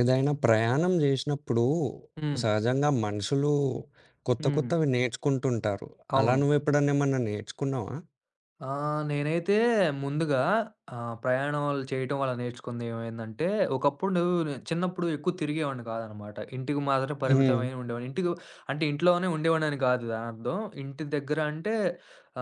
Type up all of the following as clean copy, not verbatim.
ఏదైనా ప్రయాణం జేసినప్పుడు హ్మ్. సహజంగా మనుషులు కొత్త హ్మ్. కొత్తవి నేర్చుకుంటుంటారు. అలా అవును. నువ్వెప్పుడన్నా ఏమన్నా నేర్చుకున్నావా? ఆ! నేనైతే ముందుగా ప్రయాణాలు చేయటం వల్ల నేర్చుకుంది ఏమైందంటే, ఒకప్పుడు చిన్నప్పుడు ఎక్కువ తిరిగేవాడిని కాదనమాట. ఇంటికి మాత్రం హ్మ్. పరిమితమై ఉండేవాడిని. ఇంటికి అంటే ఇంట్లోనే ఉండేవాడిని కాదు దానర్థం. ఇంటి దగ్గర అంటే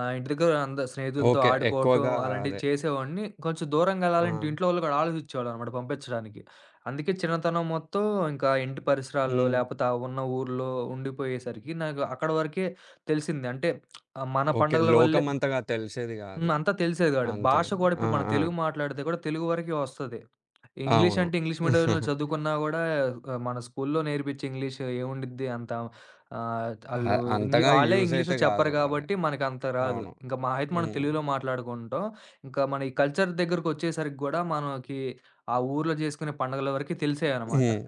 ఇంటి దగ్గర స్నేహితులతో ఓకే. ఆడుకోవటం ఎక్కువగా అలాంటివి అదే. చేసేవాడిని. కొంచెం దూరంగా ఆ! వెళ్ళాలంటే ఇంట్లో వాళ్ళు కూడా ఆలోచించేవాళ్ళనమాట పంపించడానికి. అందుకే చిన్నతనం మొత్తం ఇంకా ఇంటి పరిసరాల్లో హ్మ్. లేపోతే ఆ ఉన్న ఊర్లో ఉండిపోయేసరికి నాకు అక్కడ వరకే తెలిసింది. అంటే మన ఓకే. పండగల లోకం వల్లే. అంతగా తెలిసేది హ్మ్. గాదు. అంతా తెలిసేది గాదు. అంతే. భాష గూడా ఆ! ఇప్పుడు మనం ఆ! తెలుగు మాట్లాడితే గూడా తెలుగు వరకే వస్తది. ఇంగ్లీష్ అవును. అంటే ఇంగ్లీష్ మీడియంలో చదువుకున్నా గూడా మన స్కూల్లో నేర్పించే ఇంగ్లీష్ ఏముండిద్ది అంత. అ ఆళ్ళు అంతగా ఆళ్ళే యూజ్ అయితే ఇంగ్లీష్‌లో చెప్పరు గాదు. అదే. గాబట్టి మనకంత రాదు. అవును. ఇంకా మహా అయితే మనం హ్మ్. తెలుగులో మాట్లాడుకుంటాం. ఇంకా మన ఈ కల్చర్ దగ్గరకొచ్చేసరికి గూడా మనకి ఆ ఊర్లో జేసుకునే పండుగల వరకి తెలిసేయనమాట. హ్మ్.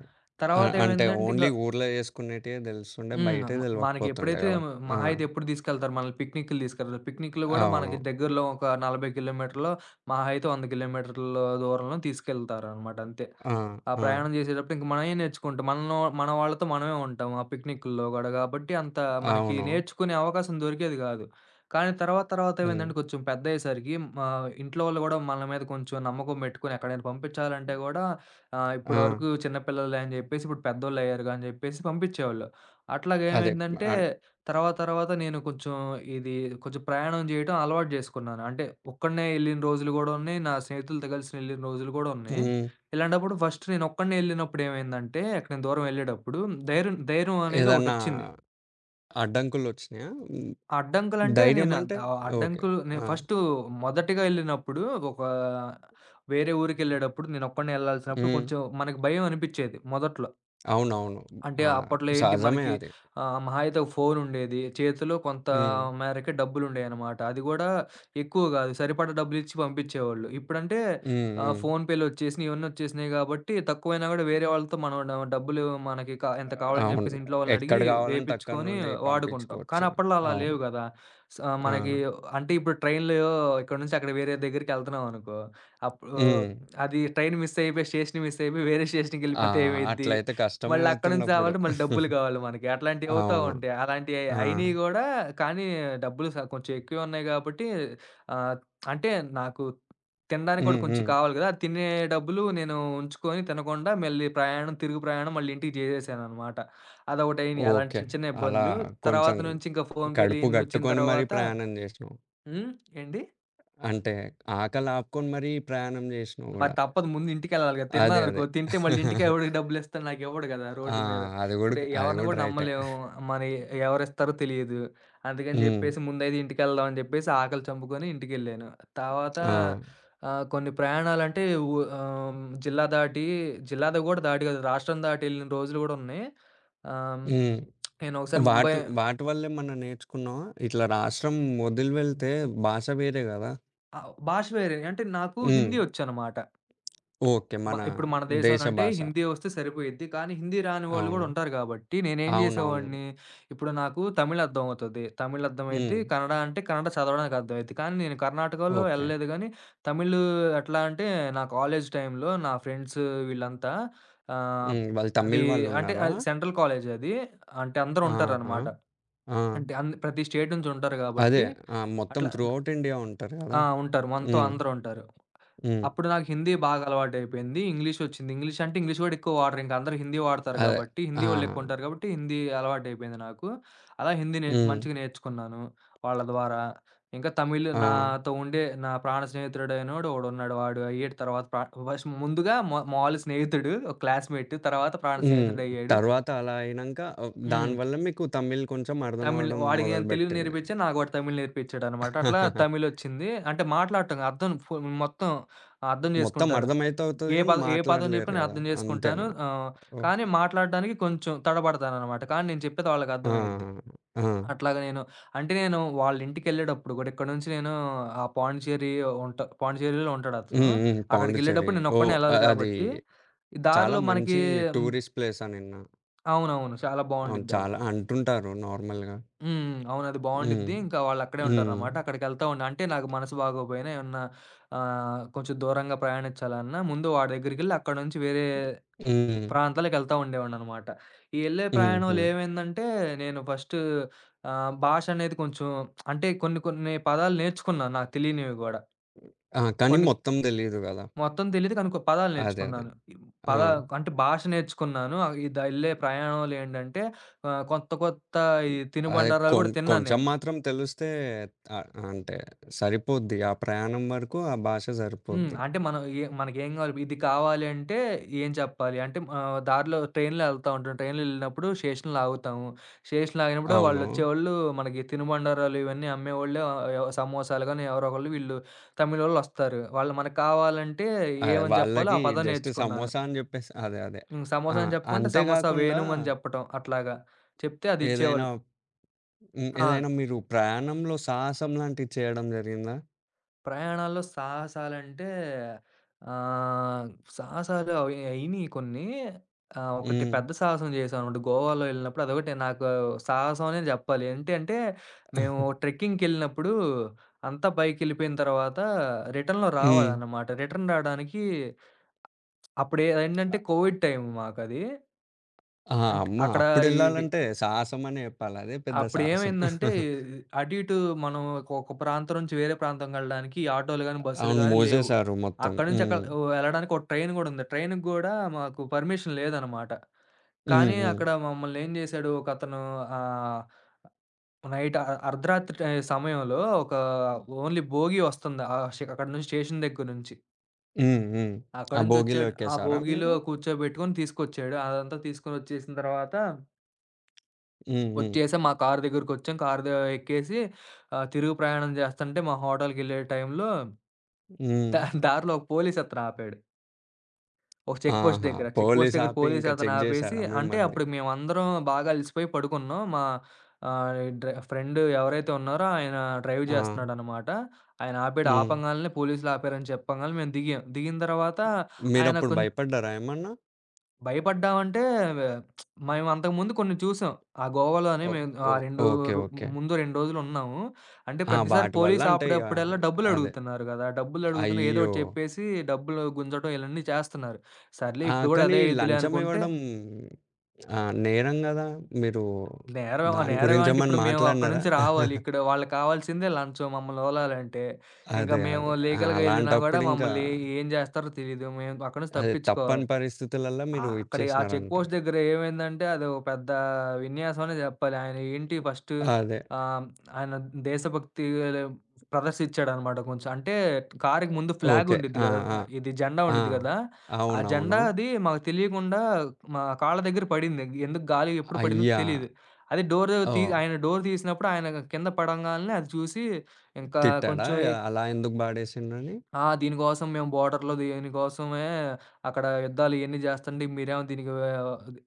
అంటే తర్వాతేమైందంటే ఇంక ఓన్లీ ఊర్లో చేసుకునేటియే తెలుస్తుండే. హ్మ్. బయటయి తెలవకపోతుండే మనకెప్పుడైతే గదా! ఆ! మహా అయితే ఎప్పుడు తీసుకెళ్తారు మనల్ని, పిక్నిక్‌లు తీసుకెళ్తారు. పిక్నిక్‌లు గూడా అవును. మనకి దగ్గరలో ఒక 40 కిలోమీటర్‌లో మహా అయితే 100 కిలోమీటర్ల దూరంలో తీసుకెళ్తారనమాట అంతే. ఆ! ఆ ఆ! ప్రయాణం చేసేటప్పుడు ఇంక మనమే నేర్చుకుంటాం. మనలో మన వాళ్ళతో మనమే ఉంటాం. ఆ పిక్నిక్కుల్లో గూడా గాబట్టి అంత మనకి అవును. నేర్చుకునే అవకాశం దొరికేది గాదు. కానీ తర్వాత తర్వాత హ్మ్. ఏమైందంటే కొంచెం పెద్దయ్యేసరికి మా ఇంట్లో వాళ్ళు గూడా మన మీద కొంచెం నమ్మకం పెట్టుకొని ఎక్కడైనా పంపించాలంటే గూడా ఆ! ఇప్పటివరకు చిన్నపిల్లలే అని జెప్పేసి ఇప్పుడు పెద్దోళ్ళయ్యారుగా అని జెప్పేసి పంపించేవాళ్ళు. అట్లాగా అదే. ఏమైందంటే ఆహ్, తర్వాత తర్వాత నేను కొంచెం ఇది కొంచెం ప్రయాణం జేయటం అలవాటు జేసుకున్నాను. అంటే ఒక్కడినే ఎళ్ళిన రోజులు గూడా ఉన్నాయి. నా స్నేహితులతో కలిసి ఎళ్ళిన రోజులు గూడా ఉన్నాయి. హ్మ్. ఇలాంటప్పుడు ఫస్ట్ నేనొక్కడినే ఎళ్ళినప్పుడు ఏమైందంటే, అక్కడ నేను దూరం ఎళ్ళేటప్పుడు ధైర్యం ధైర్యం అనేది ఏదన్నా ఒకటొచ్చింది. అడ్డంకులొచ్చినాయా? హ్మ్. అడ్డంకులంటే ధైర్యం నేను అంటే ఓకే. అడ్డంకులు నేను ఆ! ఫస్టు మొదటిగా ఎళ్ళినప్పుడు ఒక వేరే ఊరికెళ్ళేటప్పుడు నేనొక్కడినే ఎళ్ళాల్సినప్పుడు హ్మ్. కొంచెం మనకు భయం అనిపిచ్చేది మొదట్లో. అవునవును. అంటే ఆ! అప్పట్లో ఏంటి సహజమే మనకి, అది. మహా అయితే ఒక ఫోనుండేది. చేతిలో కొంత హ్మ్. మేరకే డబ్బులుండేయనమాట. అది గూడా ఎక్కువ గాదు. సరిపడా డబ్బులిచ్చి పంపిచ్చేవాళ్ళు. ఇప్పుడంటే హ్మ్. హ్మ్. ఫోన్‌పే‌లొచ్చేసినియి, ఇవన్నొచ్చేసినియి గాబట్టి తక్కువైనా గూడా వేరే వాళ్ళతో మనం డబ్బులు మనకి ఎంత కావాలని అవును. జెప్పేసి ఇంట్లో వాళ్ళని ఎక్కడ అడిగి కావాలంటే అక్కడి వేపిచ్చుకొని నుండి వాడుకుంటాం. కానీ పంపించుకోవచ్చు. అప్పట్లో అలా అవును. లేవు గదా! మనకి ఆ! అంటే ఇప్పుడు ట్రైన్‌లో ఇక్కడ నుంచి అక్కడ వేరే దగ్గరికెళ్తున్నామనుకో, అప్పుడు హ్మ్. అది ట్రైన్ మిస్ అయిపోయి స్టేషన్ మిస్ అయిపోయి వేరే ఆ! స్టేషన్‌కెళ్ళిపోతే ఏమైద్ది? అట్లయితే కష్టమే మళ్ళక్కడ నుంచి అవుతుండప్పుడు. రావాలంటే మళ్ళీ డబ్బులు కావాలి మనకి. అట్లాంటివి అవుతా అవును. ఉంటాయి. అలాంటియి ఆ! అయినియి గూడా. కానీ డబ్బులు కొంచెం ఎక్కువే ఉన్నాయి గాబట్టి, ఆహ్, అంటే నాకు తినడానికి గూడా హ్మ్. కొంచెం హ్మ్. కావాలి గదా! తినే డబ్బులు నేను ఉంచుకొని తినకుండా మళ్ళీ ప్రయాణం, తిరుగు ప్రయాణం మళ్ళీ ఇంటికి జేసేసాననమాట. అదొకటయింది. అలాంటి ఓకే. చిన్న చిన్న అలా ఇబ్బందులు. తర్వాత కొంచెం నుంచి ఇంకా ఫోన్‌పేలు కడుపు ఇయన్నీ వచ్చిన గట్టుకొని మరీ తర్వాత. ప్రయాణం జేసినవు. హ్మ్. ఏండి? అంటే ఆకలి ఆపుకొని మరీ ప్రయాణం జేసినవు మరి గూడా. తప్పదు, ముందు ఇంటికెళ్ళాలి గదా! అదే. తిన్నాననుకో, అదే. తింటే మళ్ళీ ఇంటికి ఎవడికి డబ్బులిస్తాడు? నాకెవ్వడు గదా ఆ! రోడ్డు మీద. అది గూడా ఇప్పుడు అది ఎవరిని గూడా గూడా రైటే. నమ్మలేము. మరి ఎవరిస్తారో తెలీదు. అందుకని హ్మ్. జెప్పేసి ముందైతే ఇంటికెళ్దాం అని జెప్పేసి ఆకలి చంపుకొని ఇంటికెళ్ళాను. తర్వాత ఆ! కొన్ని ప్రయాణాలంటే జిల్లా దాటి జిల్లాది గూడా దాటి గాదు. రాష్ట్రం దాటి యెళ్ళిన రోజులు గూడా ఉన్నాయి. ఆహ్, హ్మ్. నేనొకసారి ముంబై. వాటి వాటి వల్లేమన్నా నేర్చుకున్నావా? ఇట్లా రాష్ట్రం వదిలి వెళ్తే భాష వేరే గదా! భాష వేరే. అంటే నాకు హ్మ్. హిందీ ఒచ్చనమాట. ఓకే. మన ఇప్పుడు మన దేశ దేశంలో అంటే భాష. హిందీ వస్తే సరిపోయిద్ది. కానీ హిందీ రాని వాళ్ళు గూడా అవును. ఉంటారు గాబట్టి, నేనేం అవునవును. జేసేవాడిని, ఇప్పుడు నాకు తమిళ్ అర్థమవుతది. తమిళ్ అర్థమైద్ది. హ్మ్. కన్నడ అంటే కన్నడ చదవడానికి అర్థమైద్ది. కానీ నేను కర్ణాటకలో ఓకే. ఎళ్ళలేదు గానీ, తమిళ్ ఎట్లా అంటే, నా కాలేజ్ టైంలో నా ఫ్రెండ్స్ వీళ్ళంతా ఆహ్, హ్మ్. వాళ్ళు అది తమిళ్ అంటే వాళ్ళున్నారా? అది సెంట్రల్ కాలేజ్ అది. అంటే అందరూ ఆహా! ఉంటారనమాట. ఆ! అంటే ప్రతి స్టేట్ నుంచి ఉంటారు అదే. గాబట్టి, ఆ! మొత్తం అట్లా త్రూ ఔట్ ఇండియా ఉంటారు గదా! ఆ! ఉంటారు. మనతో హ్మ్. అందరూ ఉంటారు. హ్మ్. అప్పుడు నాకు హిందీ బాగా అలవాటయిపోయింది. ఇంగ్లీషొచ్చింది. ఇంగ్లీష్ వచ్చింది. ఇంగ్లీష్ అంటే ఇంగ్లీష్ గూడా ఎక్కువ వాడరు. ఇంక అందరూ హిందీ వాడతారు అదే. గాబట్టి, ఆ! హిందీ వాళ్ళెక్కువుంటారు గాబట్టి, హిందీ అలవాటయిపోయింది నాకు. అలా హిందీ నే హ్మ్. మంచిగా నేర్చుకున్నాను వాళ్ళ ద్వారా. ఇంకా తమిళ్ ఆ! నాతో ఉండే నా ప్రాణ స్నేహితుడైనోడు ఒకడున్నాడు. వాడు అయ్యాడు తర్వాత ఫస్ట్ ముందుగా మా మామూలు స్నేహితుడు, ఒక క్లాస్‌మేట్. తర్వాత ప్రాణ హ్మ్. స్నేహితుడయ్యాడు. తర్వాత అలా అయినంక ఆహ్, హ్మ్. దానివల్ల మీకు తమిళ్ కొంచెం తమిళ్ అర్థమవ్వడం వాడికి నేను తెలుగు మొదలుబెట్టింది. నేర్పించా. నాకు వాడు తమిళ్ నేర్పించాడనమాట. అట్లా తమిళొచ్చింది. అంటే మాట్లాడటం అర్థం ఫు మొత్తం అర్థం మొత్తం చేసుకుంటాను. అర్థమైతే అవుతది ఏ గానీ, పదం ఏ పదం మాట్లాడలేరు చెప్పినా నేను గదా! అర్థం చేసుకుంటాను. అంతేనా? కానీ ఓకే. మాట్లాడడానికి కొంచెం తడబడతాననమాట. కానీ నేను చెప్పేది వాళ్ళకి ఆ! అర్థమయ్యిద్ది. ఆ! ఆ! అట్లాగా నేను అంటే నేను వాళ్ళ ఇంటికెళ్ళేటప్పుడు గూడా ఇక్కడ నుంచి నేను ఆ పాండిచ్చేరి పాండిచ్చేరిలో హ్మ్. ఉంటాడతను. హ్మ్. పాండిచ్చేరి. అక్కడికెళ్ళేటప్పుడు ఓహ్! నేనొక్కడినే ఎళ్ళాలి ఆహ్, అది కాబట్టి, ఈ చాలా దారిలో మనకి. మంచి హ్మ్. టూరిస్ట్ ప్లేస్ అని విన్నా. అవునవును. చాలా అవును. బావుండిద్దది. చాలా అంటుంటారు నార్మల్‌గా. హ్మ్. అవును. అది హ్మ్. బావుండిద్ది. ఇంకా వాళ్ళక్కడే హ్మ్. ఉంటారనమాట. అక్కడికెళ్తా ఉన్నా అంటే నాకు మనసు బాగోపోయినా ఏమన్నా కొంచెం దూరంగా ప్రయాణించాలన్నా ముందు వాడి దగ్గరికెళ్ళి అక్కడ నుంచి వేరే హ్మ్. ప్రాంతాలకెళ్తా ఉండేవాడిననమాట. ఈ యెళ్ళే హుహు. ప్రయాణంలో ఏమైందంటే నేను ఫస్ట్ భాష అనేది కొంచెం, అంటే కొన్ని కొన్ని పదాలు నేర్చుకున్నాను నాకు తెలియనివి గూడా. ఆ! కానీ కొన్ని మొత్తం తెలీదు గదా! మొత్తం తెలీదు కానీ పదాలు అదే. అదే. నేర్చుకున్నాను. ఆ! పదా అంటే భాష నేర్చుకున్నాను. ఇదెళ్ళే ప్రయాణంలో ఏంటంటే కొత్త కొత్త ఈ అదే తినుబండారాలు గూడా తిన్నాను కొంచెం నేను. మాత్రం తెలిస్తే ఆహ్, అంటే సరిపోద్ది. ఆ ప్రయాణం వరకు ఆ భాష హ్మ్. సరిపోద్ది. అంటే మనం మనకేం కావాలి, ఇది కావాలి అంటే ఏం చెప్పాలి? అంటే దారిలో ట్రైన్‌లో ఎళ్తా ఉంటాం. ట్రైన్‌లో ఎళ్ళినప్పుడు స్టేషన్‌లో ఆగుతాము. స్టేషన్‌లో ఆగినప్పుడు అవును. వాళ్ళొచ్చేవాళ్ళు మనకి తినుబండారాలు ఇవన్నీ అమ్మేవాళ్ళు, సమోసాలు గాని ఎవరో ఒకళ్ళు, వీళ్ళు తమిళోళ్ళొస్తారు. వాళ్ళు మనకు కావాలంటే అదే ఏమని చెప్పాలో వాళ్ళకి ఆ పదం జస్ట్ నేర్చుకున్నాను. సమోసా అని జెప్పేసి అదే. అదే. హ్మ్. ఆ! సమోసా అని చెప్పకుంటే సమోసా అంతేగాకుండా వేణుం అని చెప్పటం అట్లాగా. చెప్తే అది ఏదైనా ఇచ్చేవాళ్ళు. హ్మ్. ఆ! ఏదైనా మీరు ప్రయాణంలో సాహసం లాంటివి చేయడం జరిగిందా? ప్రయాణాల్లో సాహసాలంటే ఆహ్, సాహసాలు అయినియి కొన్ని. ఒకటి హ్మ్. పెద్ద సాహసం చేశామనమాట. గోవాలో ఎళ్ళినప్పుడు అదొకటి నాకు సాహసం అనే జెప్పాలి. ఏంటి అంటే, మేము హ్మ్. ట్రెక్కింగ్‌కెళ్ళినప్పుడు అంతా పైకెళ్ళిపోయిన తర్వాత రిటర్న్‌లో రావాలనమాట. రిటర్న్ రాడానికి అప్పుడేంటంటే కోవిడ్ టైం మాకది. ఆ! అంటే అమ్మ అక్కడ ఇవి అప్పుడెళ్ళాలంటే సాహసం అనే జెప్పాలి. అదే పెద్ద సాహసం. అప్పుడేమైందంటే, అటు ఇటు మనం ఒక ఒక ప్రాంతం నుంచి వేరే ప్రాంతంకెళ్ళడానికి ఆటోలు గాని, బస్సులు అవును. గాని లేవు. మోసేసారు మొత్తం. అక్కడి నుంచి అక్కడ హ్మ్. వెళ్ళడానికి ఒక ట్రైన్ గూడా ఉంది. ట్రైన్‌కి గూడా మాకు పర్మిషన్ లేదనమాట. హ్మ్. కానీ హ్మ్. అక్కడ మమ్మల్ని ఏం జేశాడు ఒకతను, ఆహ్, నైట్ అ అర్ధరాత్రి సమయంలో ఓన్లీ బోగీ వస్తుంది. ఆ ష్ అక్కడి నుంచి స్టేషన్ దగ్గర నుంచి. హ్మ్. హ్మ్. ఆ అక్కడి భోగిలో నుంచొచ్చాడు. ఆ ఎక్కేసారా బోగీలో మీరు? కూర్చోబెట్టుకొని తీసుకొచ్చాడు. అదంతా తీసుకొనొచ్చేసిన తర్వాత హ్మ్. హ్మ్. వచ్చేసాం. మా కారు దగ్గరకొచ్చాం. కారు ద ఎక్కేసి తిరుగు ప్రయాణం జేస్తంటే మా హోటల్‌కెళ్ళే టైంలో హ్మ్. దారిలో ఒక పోలీసతను ఆపాడు. ఒక చెక్ పోస్ట్ ఆహా! దగ్గర. చెక్ పోస్ట్ పోలీస్ దగ్గర ఆపి ఇంకా పోలీసతను చెక్ ఆపేసి, జేశారా అంటే మిమ్మల్ని? అప్పుడు మేమందరం బాగా అలిసిపోయి పడుకున్నాం. మా ఆహ్, డ్రై ఫ్రెండ్ ఎవరైతే ఉన్నారో ఆయన డ్రైవ్ ఆ! జేస్తున్నాడనమాట. ఆయన ఆపాడు. హ్మ్. ఆపంగాల్నే, పోలీసులు ఆపారని చెప్పంగాల్నే మేము దిగాం. దిగిన తర్వాత ఆయన మీరప్పుడు కొం భయపడ్డారా ఏమన్నా? భయపడ్డామంటే మేము అంతకుముందు కొన్ని చూసాం. ఆ గోవాలోనే ఓ మేము ఆ ఓ 2 ఓకే. రో ఓకే. ముందు 2 రోజులున్నాము. అంటే ఆ! ప్రతిసారి వాటి వల్ల పోలీస్ అంటే ఇగ ఆపేటప్పుడల్లా అదే. డబ్బులడుగుతున్నారు గదా! డబ్బులడుగుతున్న ఏదో అయ్యో! ఒకటి చెప్పేసి డబ్బులు గుంజడం ఇయన్నీ చేస్తున్నారు. సర్లే ఆ! ఇప్పుడు గూడా కానీ అదే అయిద్దిలే లంచం అనుకుంటే. ఇవ్వడం ఆహ్, నేరం గదా! మీరు నేరం దాని నేరమా గురించి అంటే ఏమన్నా ఇప్పుడు మేము అక్కడి మాట్లాడినారా? నుంచి రావాలి. ఇక్కడ వాళ్ళకి కావాల్సిందే లంచం మమ్మల్ని తోలాలంటే. ఇంకా అదే. మేము అదే. ఆ! లీగల్‌గా ఎళ్ళినా గూడా అలాంటప్పుడు ఇంకా మమ్మల్ని ఏం జేస్తారో తెలీదు. మేము అక్కడి నుంచి అదే తప్పని తప్పించుకోవాలి. పరిస్థితులల్లా ఆ! మీరు అక్కడి ఆ చెక్ పోస్ట్ ఇచ్చేసినారంటారు. దగ్గర ఏమైందంటే అదో పెద్ద విన్యాసం అనే జెప్పాలి. ఆయన ఏంటి ఫస్ట్ అదే. ఆహ్, ఆయన దేశభక్తి ప్రదర్శించాడనమాట కొంచెం. అంటే కారుకి ముందు ఫ్లాగ్ ఓకే. ఉండిద్ది ఆ! గదా! ఆ! ఇది జెండా ఆ! ఉండిద్ది గదా! ఆ జెండా అవునవును. అది మాకు తెలియకుండా మా కాళ్ళ దగ్గర పడింది. ఎందుకు గాలి ఎప్పుడు పడిందో అయ్యా! తెలీదు. అది డోర్ తీ ఓహ్! ఆయన డోర్ తీసినప్పుడు ఆయన కింద పడంగాల్నే అది చూసి ఇంకా తిట్టాడా కొంచెం ఎ అలా ఎందుకు పాడేసిండ్రని? ఆ! దీనికోసం మేము బోర్డర్‌లో దీనికోసమే అక్కడ యుద్ధాలు ఇయన్నీ జేస్తంటే మీరేమో దీనికి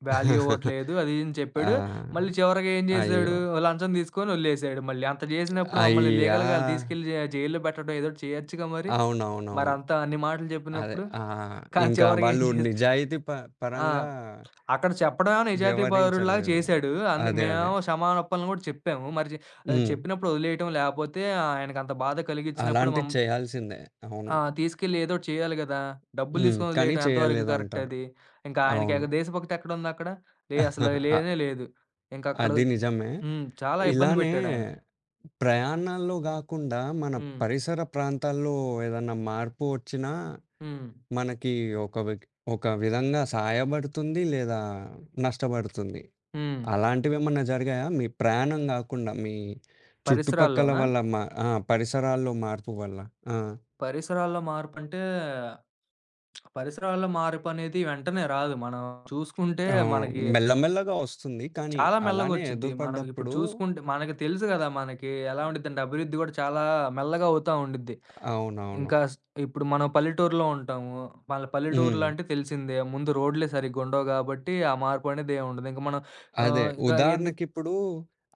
వాల్యూ ఇవ్వట్లేదు అది ఇది అని చెప్పాడు. మళ్ళీ ఆ! చివరగా ఏం జేసాడు, అయ్యో! లంచం తీసుకొని ఒళ్ళేసాడు మళ్ళీ. అంత జేసినప్పుడు మమ్మల్ని అయ్యా! లీగల్‌గా ఆళ్ళు తీసుకెళ్ళి జైల్‌లో పెట్టడం ఏదోటి చేయొచ్చుగా మరి. అవునవునవును. మరంత అన్ని మాటలు అదే. చెప్పినప్పుడు. ఆ! కానీ ఇంకా చివరగా ఏం వాళ్ళు చేసి నిజాయితీ ఆ! పరంగా అక్కడ చెప్పడమేమో నిజాయితీ పరుడిలాగా వ్యవహరించలేదు. చేసాడు. అందు అదే. అదే. మేమేమో క్షమాపణలు గూడా చెప్పాము. హ్మ్. చెప్పినప్పుడు ఒదిలేయటం లేపోతే ఆయనకంత బాధ కలిగిచ్చినప్పుడు అలాంటివి చేయాల్సిందే. అవును. ఆ! తీసుకెళ్ళి ఏదోటి చేయాలి గదా! డబ్బులు హ్మ్. తీసుకొని కానీ వదిలేయటం ఎంతవరకు కరెక్ట్ చేయలేదంటారు. అది? ఇంకా ఆయనకి అవును. దేశభక్తి ఎక్కడుందక్కడ? అసలు లేనే లేదు. ఇంకక్కడ అది నిజమే. హ్మ్. చాలా ఇబ్బంది ఇలానే పెట్టాడాయన. ప్రయాణాల్లో గాకుండా మన హ్మ్. పరిసర ప్రాంతాల్లో ఏదన్నా మార్పు ఒచ్చినా హ్మ్. మనకి ఒక విక్ ఒక విధంగా సాయపడుతుంది లేదా నష్టపడుతుంది. హ్మ్. అలాంటివేమన్నా జరిగాయా? మీ ప్రయాణం గాకుండా మీ చుట్టుపక్కల పరిసరాల్లోనా? వల్ల మా ఆ! పరిసరాల్లో మార్పు వల్ల. ఆ! పరిసరాల్లో మార్పంటే, పరిసరాల్లో మార్పనేది వెంటనే రాదు. మనం చూసుకుంటే అవును. మనకి మెల్లమెల్లగా ఒస్తుంది. కానీ చాలా అలానే మెల్లగొచ్చిద్ది. మనం ఇప్పుడు ఎదురుపడ్డప్పుడు చూసుకుంటే మనకి తెలుసు గదా! మనకి ఎలా ఉండిద్దంటే అభివృద్ధి గూడా చాలా మెల్లగా అవుతా ఉండిద్ది. అవునవును. ఇంకా స్ ఇప్పుడు మనం పల్లెటూరులో ఉంటాము. వాళ్ళ పల్లెటూరులో హ్మ్. అంటే తెలిసిందే. ముందు రోడ్లే సరిగ్గుండవు గాబట్టి, ఆ మార్పనేదేముండదు. ఇంక మనం అదే. ఆహ్, ఇంకా ఎందుకు ఉదాహరణకిప్పుడు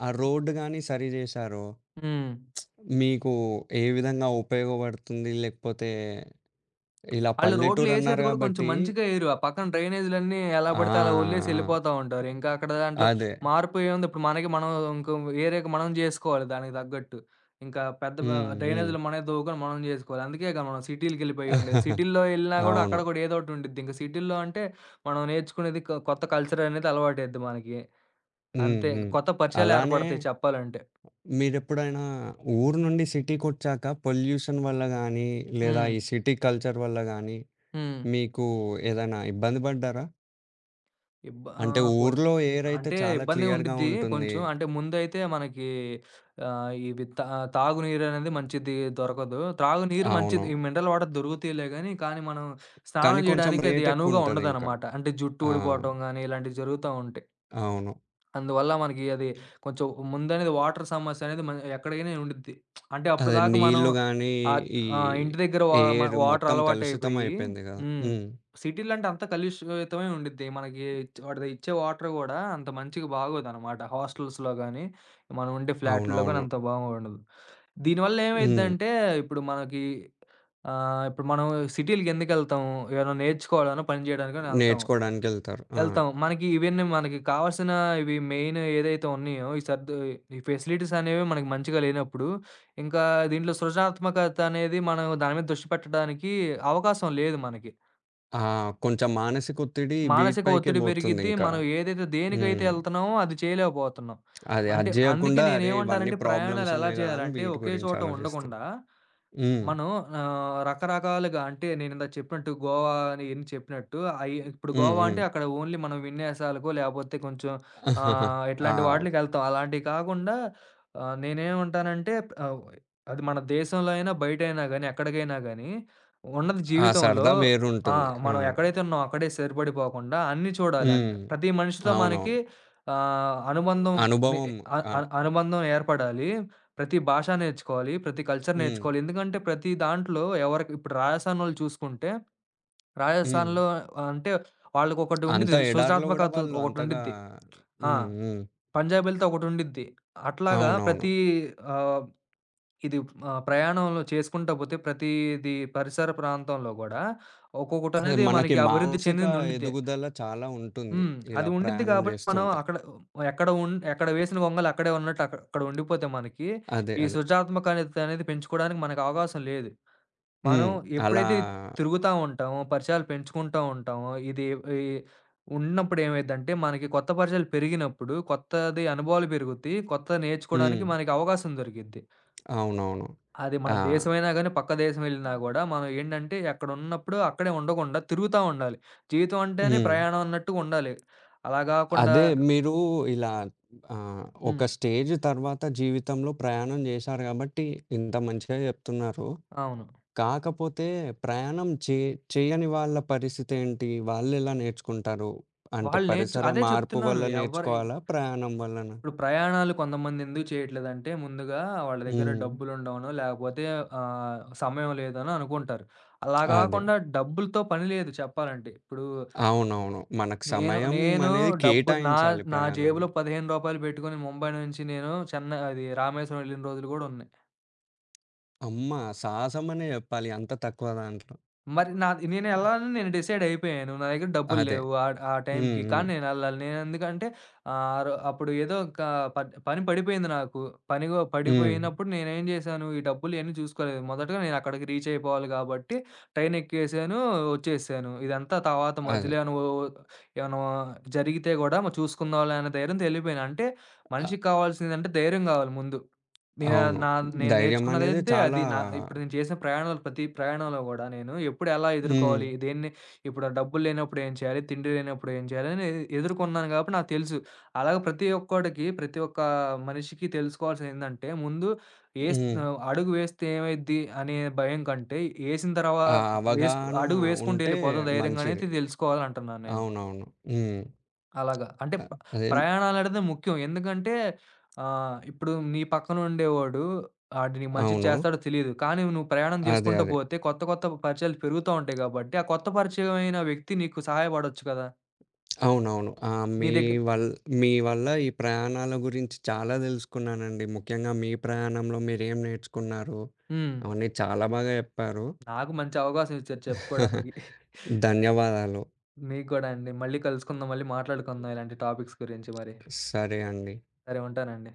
ఆ రోడ్డు గాని సరి జేశారో, హ్మ్. మీకు ఏ విధంగా ఉపయోగపడుతుంది? లేకపోతే ఇలా ఆళ్ళు పల్లెటూరన్నారు రోడ్లేసేది గూడా కొంచెం గాబట్టి మంచిగా ఎయరు. ఆ పక్కన డ్రైనేజ్‌లన్నీ ఎలా ఆ! పడితే అలా వదిలేసి ఆ! ఎళ్ళిపోతా ఉంటారు. ఇంకా అక్కడ దాంట్లో అదే. మార్పు ఏముంది. ఇప్పుడు మనకి మనం ఇంకో ఏరియాకి మనం జేసుకోవాలి దానికి తగ్గట్టు. ఇంకా పెద్ద బ హ్మ్. హ్మ్. డ్రైనేజ్‌లు మనమే తవ్వుకొని మనం జేసుకోవాలి. అందుకేగా మనం సిటీలకెళ్ళిపోయి ఉండేది. సిటీల్లో ఎళ్ళినా గూడా అవును. అక్కడ గూడా ఏదో ఒకటి ఉండిద్ది. ఇంక సిటీల్లో అంటే మనం నేర్చుకునేది కొత్త కల్చర్ అనేది అలవాటయిద్ది మనకి. హ్మ్. అంతే, హ్మ్. కొత్త అలానే పరిచయాలేర్పడతాయి చెప్పాలంటే. మీరెప్పుడైనా ఊరు నుండి సిటీకొచ్చాక పొల్యూషన్ వల్ల గానీ, లేదా హ్మ్. ఈ సిటీ కల్చర్ వల్ల గానీ, హ్మ్. మీకు ఏదైనా ఇబ్బంది పడ్డారా? ఇబ్బ అంటే ఆహ్, పొల్ ఊర్లో ఎయిర్ అయితే అంటే చాలా ఇబ్బందిగా క్లియర్‌గా ఉండిద్ది ఉంటుంది. కొంచెం. అంటే ముందైతే మనకి ఆహ్, ఇవి తా తాగునీరనేది మంచిది దొరకదు. త్రాగునీరు అవును. మంచిది ఈ మినరల్ వాటర్ దొరుకుతాయిలే గానీ, కానీ మనం కానీ స్నానం కొంచెం జేయడానికి అది రేట్ అనువుగా ఎక్కువుంటదింకా. ఉండదనమాట. అంటే జుట్టు ఆ! ఊడిపోవటం గానీ, ఇలాంటివి జరుగుతా ఉంటాయి. అవును. అందువల్ల మనకి అది కొంచెం ముందనేది వాటర్ సమస్య అనేది మన ఎక్కడికైనా ఉండిద్ది. అంటే అదే అప్పటిదాకా మనం నీళ్ళు గాని, ఆహ్, ఈ ఆహ్, ఇంటి దగ్గర వా మ ఎయిర్ వాటర్ మొత్తం కలుషితం అలవాటయిపోయి. అయిపోయింది గదా! హ్మ్. హ్మ్. సిటీలో అంటే అంత కలుషితమే ఉండిద్ది. మనకి వాడు ఇచ్చే వాటర్ గూడా అంత మంచిగా బాగోదనమాట. హాస్టల్స్‌లో గాని, మనం ఉండే ఫ్లాట్‌ల్లో గాని అవునవును. అంత బాగుండదు. దీనివల్ల హ్మ్. ఏమైద్దంటే ఇప్పుడు మనకి ఇప్పుడు మనం సిటీలకెందుకెళ్తాము? ఏమైనా నేర్చుకోవాలనో, పని చేయడానికనో ఎళ్తాం. నేర్చుకోడానికెళ్తారు. ఆ! ఎళ్తాం. మనకి ఇవన్నీ మనకి కావాల్సిన ఇవి మెయిన్ ఏదైతే ఉన్నాయో, ఈ ఫెసిలిటీస్ అనేవి మనకి మంచిగా లేనప్పుడు, ఇంకా దీంట్లో సృజనాత్మకత అనేది మనం దాని మీద దృష్టి పెట్టడానికి అవకాశం లేదు మనకి. ఆ! కొంచెం మానసిక ఒత్తిడి మానసిక వీటిపైకే ఒత్తిడి పెరిగిద్ది. బోతుందింకా. మనం ఏదైతే దేనికైతే హ్మ్. ఎళ్తున్నామో అది చేయలేకపోతున్నాం. అది అది అంటే అందుకే జేయకుండా అరే! ఇవన్నీ నేనేమంటానంటే ప్రయాణాలు ప్రాబ్లమ్స్ ఎలా ఉన్నాయి గదా! అని చేయాలంటే వీటి ఒకే గురించి చోట ఆలోచిస్తాం. ఉండకుండా హ్మ్. మనం రకరకాలుగా అంటే నేనిందాక చెప్పినట్టు గోవా అని ఇయన్నీ చెప్పినట్టు అయి ఇప్పుడు హ్మ్. గోవా హ్మ్. అంటే అక్కడ ఓన్లీ మనం విన్యాసాలకో లేపోతే కొంచెం ఆ! ఇట్లాంటి వాటిలకెళ్తాం. అలాంటివి కాకుండా నేనేమంటానంటే ఆహ్, అది మన దేశంలో అయినా, బయటైనా గానీ, ఎక్కడికైనా గానీ ఉన్నది ఆ జీవితంలో. సరదా ఆ! వేరుంటుంది. ఆ! మనం ఎక్కడైతే ఉన్నామో అక్కడే సరిపడిపోకుండా అన్నీ చూడాలి అంట. హ్మ్. ప్రతి మనిషితో మనకి అవునవును. ఆహ్, అనుబంధం ని అనుభవం. అ ఆ! అ అనుబంధం ఏర్పడాలి. ప్రతి భాష నేర్చుకోవాలి. ప్రతి కల్చర్ హ్మ్. నేర్చుకోవాలి. ఎందుకంటే ప్రతి దాంట్లో ఎవరికి ఇప్పుడు రాజస్థానోళ్ళు చూసుకుంటే, హ్మ్. రాజస్థాన్‌లో అంటే వాళ్ళకొకటి అంత ఉండిద్ది. ఎడారిలో గూడా సృజనాత్మకత వాళ్ళు అంతగా ఒకటుండిద్ది. ఆ! హ్మ్. హ్మ్. పంజాబీలతో ఒకటుండిద్ది. అట్లాగా అవునవును. ప్రతి ఆహ్, ఇది ప్రయాణంలో చేసుకుంటా పోతే ప్రతీది పరిసర ప్రాంతంలో గూడా అదే ఒక్కొక్కటనేది మనకి మనకి అభివృద్ధి మానసిక చెందిందుండిద్దే. ఎదుగుదల చాలా ఉంటుంది. హ్మ్. ఇలా అది ఉండిద్ది ప్రయాణం కాబట్టి మనం జేస్తుంటే. అక్కడ ఎక్కడ వేసిన గొంగలు అక్కడే ఉన్నట్టు అక్కడ అక్కడ ఉండిపోతే మనకి అదే. ఈ అదే. సృజనాత్మకత అనేది పెంచుకోవడానికి మనకు అవకాశం లేదు. మనం హ్మ్. అలా ఎప్పుడైతే తిరుగుతా ఉంటామో, పరిచయాలు పెంచుకుంటా ఉంటామో, ఇది ఈ ఉన్నప్పుడు ఏమైద్దంటే మనకి కొత్త పరిచయాలు పెరిగినప్పుడు కొత్తది అనుభవాలు పెరుగుతాయి. కొత్తది హ్మ్. నేర్చుకోవడానికి మనకి అవకాశం దొరికిద్ది. అవునవును. అది మన ఆ! దేశమైనా గాని, పక్క దేశం వెళ్ళినా గూడా, మనం ఏంటంటే అక్కడున్నప్పుడు అక్కడే ఉండకుండా తిరుగుతా ఉండాలి. జీవితం అంటేనే హ్మ్. ప్రయాణం అన్నట్టుగా ఉండాలి. అలా గాకుండా అదే మీరు ఇలా ఆహ్, ఒక హ్మ్. స్టేజ్ తర్వాత జీవితంలో ప్రయాణం జేశారు గాబట్టి ఇంత మంచిగా జెప్తున్నారు. అవును. కాకపోతే ప్రయాణం చే చేయని వాళ్ళ పరిస్థితేంటి? వాళ్ళెలా నేర్చుకుంటారు? అంటే వాళ్ళు నేర్చు పరిసర అదే మార్పు చెప్తున్నాను. వల్ల నేర్చుకోవాలా? ప్రయాణం వల్లనా? ఇప్పుడు ప్రయాణాలు కొంతమంది ఎందుకు చేయట్లేదంటే, ముందుగా వాళ్ళ దగ్గర హ్మ్. డబ్బులుండవనో, లేకపోతే సమయం లేదనో అనుకుంటారు. అలా అదే. గాకుండా డబ్బులతో పని లేదు చెప్పాలంటే. ఇప్పుడు అవునవును. మనకు నేను, సమయం నేను అనేది డబ్బు నా కేటాయించాలి నా జేబులో రూ. ప్రయాణానికి. 15 పెట్టుకొని ముంబై నుంచి నేను చెన్నై అది రామేశ్వరం వెళ్ళిన రోజులు గూడా ఉన్నాయి. అమ్మ! సాహసమనే జెప్పాలి అంత తక్కువ దాంట్లో. మరి నాది నేనెళ్ళాలని నేను డిసైడ్ అయిపోయాను. నా దగ్గర డబ్బులు అదే. లేవు ఆ హ్మ్. టైంకి. హ్మ్. కానీ నేనెళ్ళాలి. నేనెందుకంటే ఆహ్, రో అప్పుడు ఏదో ఒక పని పడిపోయింది నాకు. పనిగో హ్మ్. పడిపోయినప్పుడు నేనేం జేశాను, ఈ డబ్బులు ఇయన్నీ చూసుకోలేదు. మొదటగా నేను అక్కడికి రీచ్ అయిపోవాలి గాబట్టి ట్రైన్ ఎక్కేసాను, వచ్చేసాను. ఇదంతా తర్వాత అదే. మధ్యలో ఏమైనా ఓ ఏమన్నా జరిగితే గూడా చూసుకుందాంలే అనే ధైర్యంతో ఎళ్ళిపోయాను. అంటే అ మనిషికి కావాల్సిందంటే ధైర్యం గావాలి ముందు. నేనా అవును. నా నేను ధైర్యం అనేది నేర్చుకున్నదైతే చాలా అది. నా ఇప్పుడు నేను చేసిన ప్రయాణాలు ప్రతి ప్రయాణంలో గూడా నేను ఎప్పుడు ఎలా హ్మ్. ఎదుర్కోవాలి? దేన్ని ఇప్పుడు డబ్బులు లేనప్పుడు ఏం చేయాలి? తిండి లేనప్పుడు ఏం చేయాలి? అని ఎదుర్కొన్నాను గాబట్టి నాకు తెలుసు. అలాగే ప్రతి ఒక్కోడికి, ప్రతి ఒక్క మనిషికి తెలుసుకోవాల్సిందేందంటే ముందు హ్మ్. అడుగు వేస్తే ఏమైద్ది అనే భయం కంటే, ఏసిన తర్వా ఆ వేసుకు అవగాహన అడుగు వేసుకుంటూ ఉంటే ఎళ్ళిపోదాం ధైర్యంగా మంచిది. అనేది తెలుసుకోవాలంటున్నాను నేను. అవునవును. హ్మ్. అలాగా. అంటే అ అదేం ప్రయాణాలనేది ముఖ్యం. ఎందుకంటే ఇప్పుడు నీ పక్కన ఉండేవాడు ఆడు నీకు మంచిది అవును. చేస్తాడో తెలీదు. కానీ నువ్వు ప్రయాణం అదే. చేసుకుంటూ అదే. పోతే కొత్త కొత్త పరిచయాలు పెరుగుతా ఉంటాయి కాబట్టి, ఆ కొత్త పరిచయమైన వ్యక్తి నీకు సహాయపడొచ్చు కదా! అవునవును. ఆ! నీ మీ దగ్గర. వల్ మీ వల్ల ఈ ప్రయాణాల గురించి చాలా తెలుసుకున్నానండి. ముఖ్యంగా మీ ప్రయాణంలో మీరేం నేర్చుకున్నారు? హ్మ్. అవన్నీ చాలా బాగా చెప్పారు. నాకు మంచి అవకాశం ఇచ్చారు చెప్పుకోడానికి. ధన్యవాదాలు. మీకు కూడా అండి. మళ్ళీ కలుసుకుందాం. మళ్ళీ మాట్లాడుకుందాం ఇలాంటి టాపిక్స్ గురించి మరి. సరే అండి. సరే ఉంటానండి.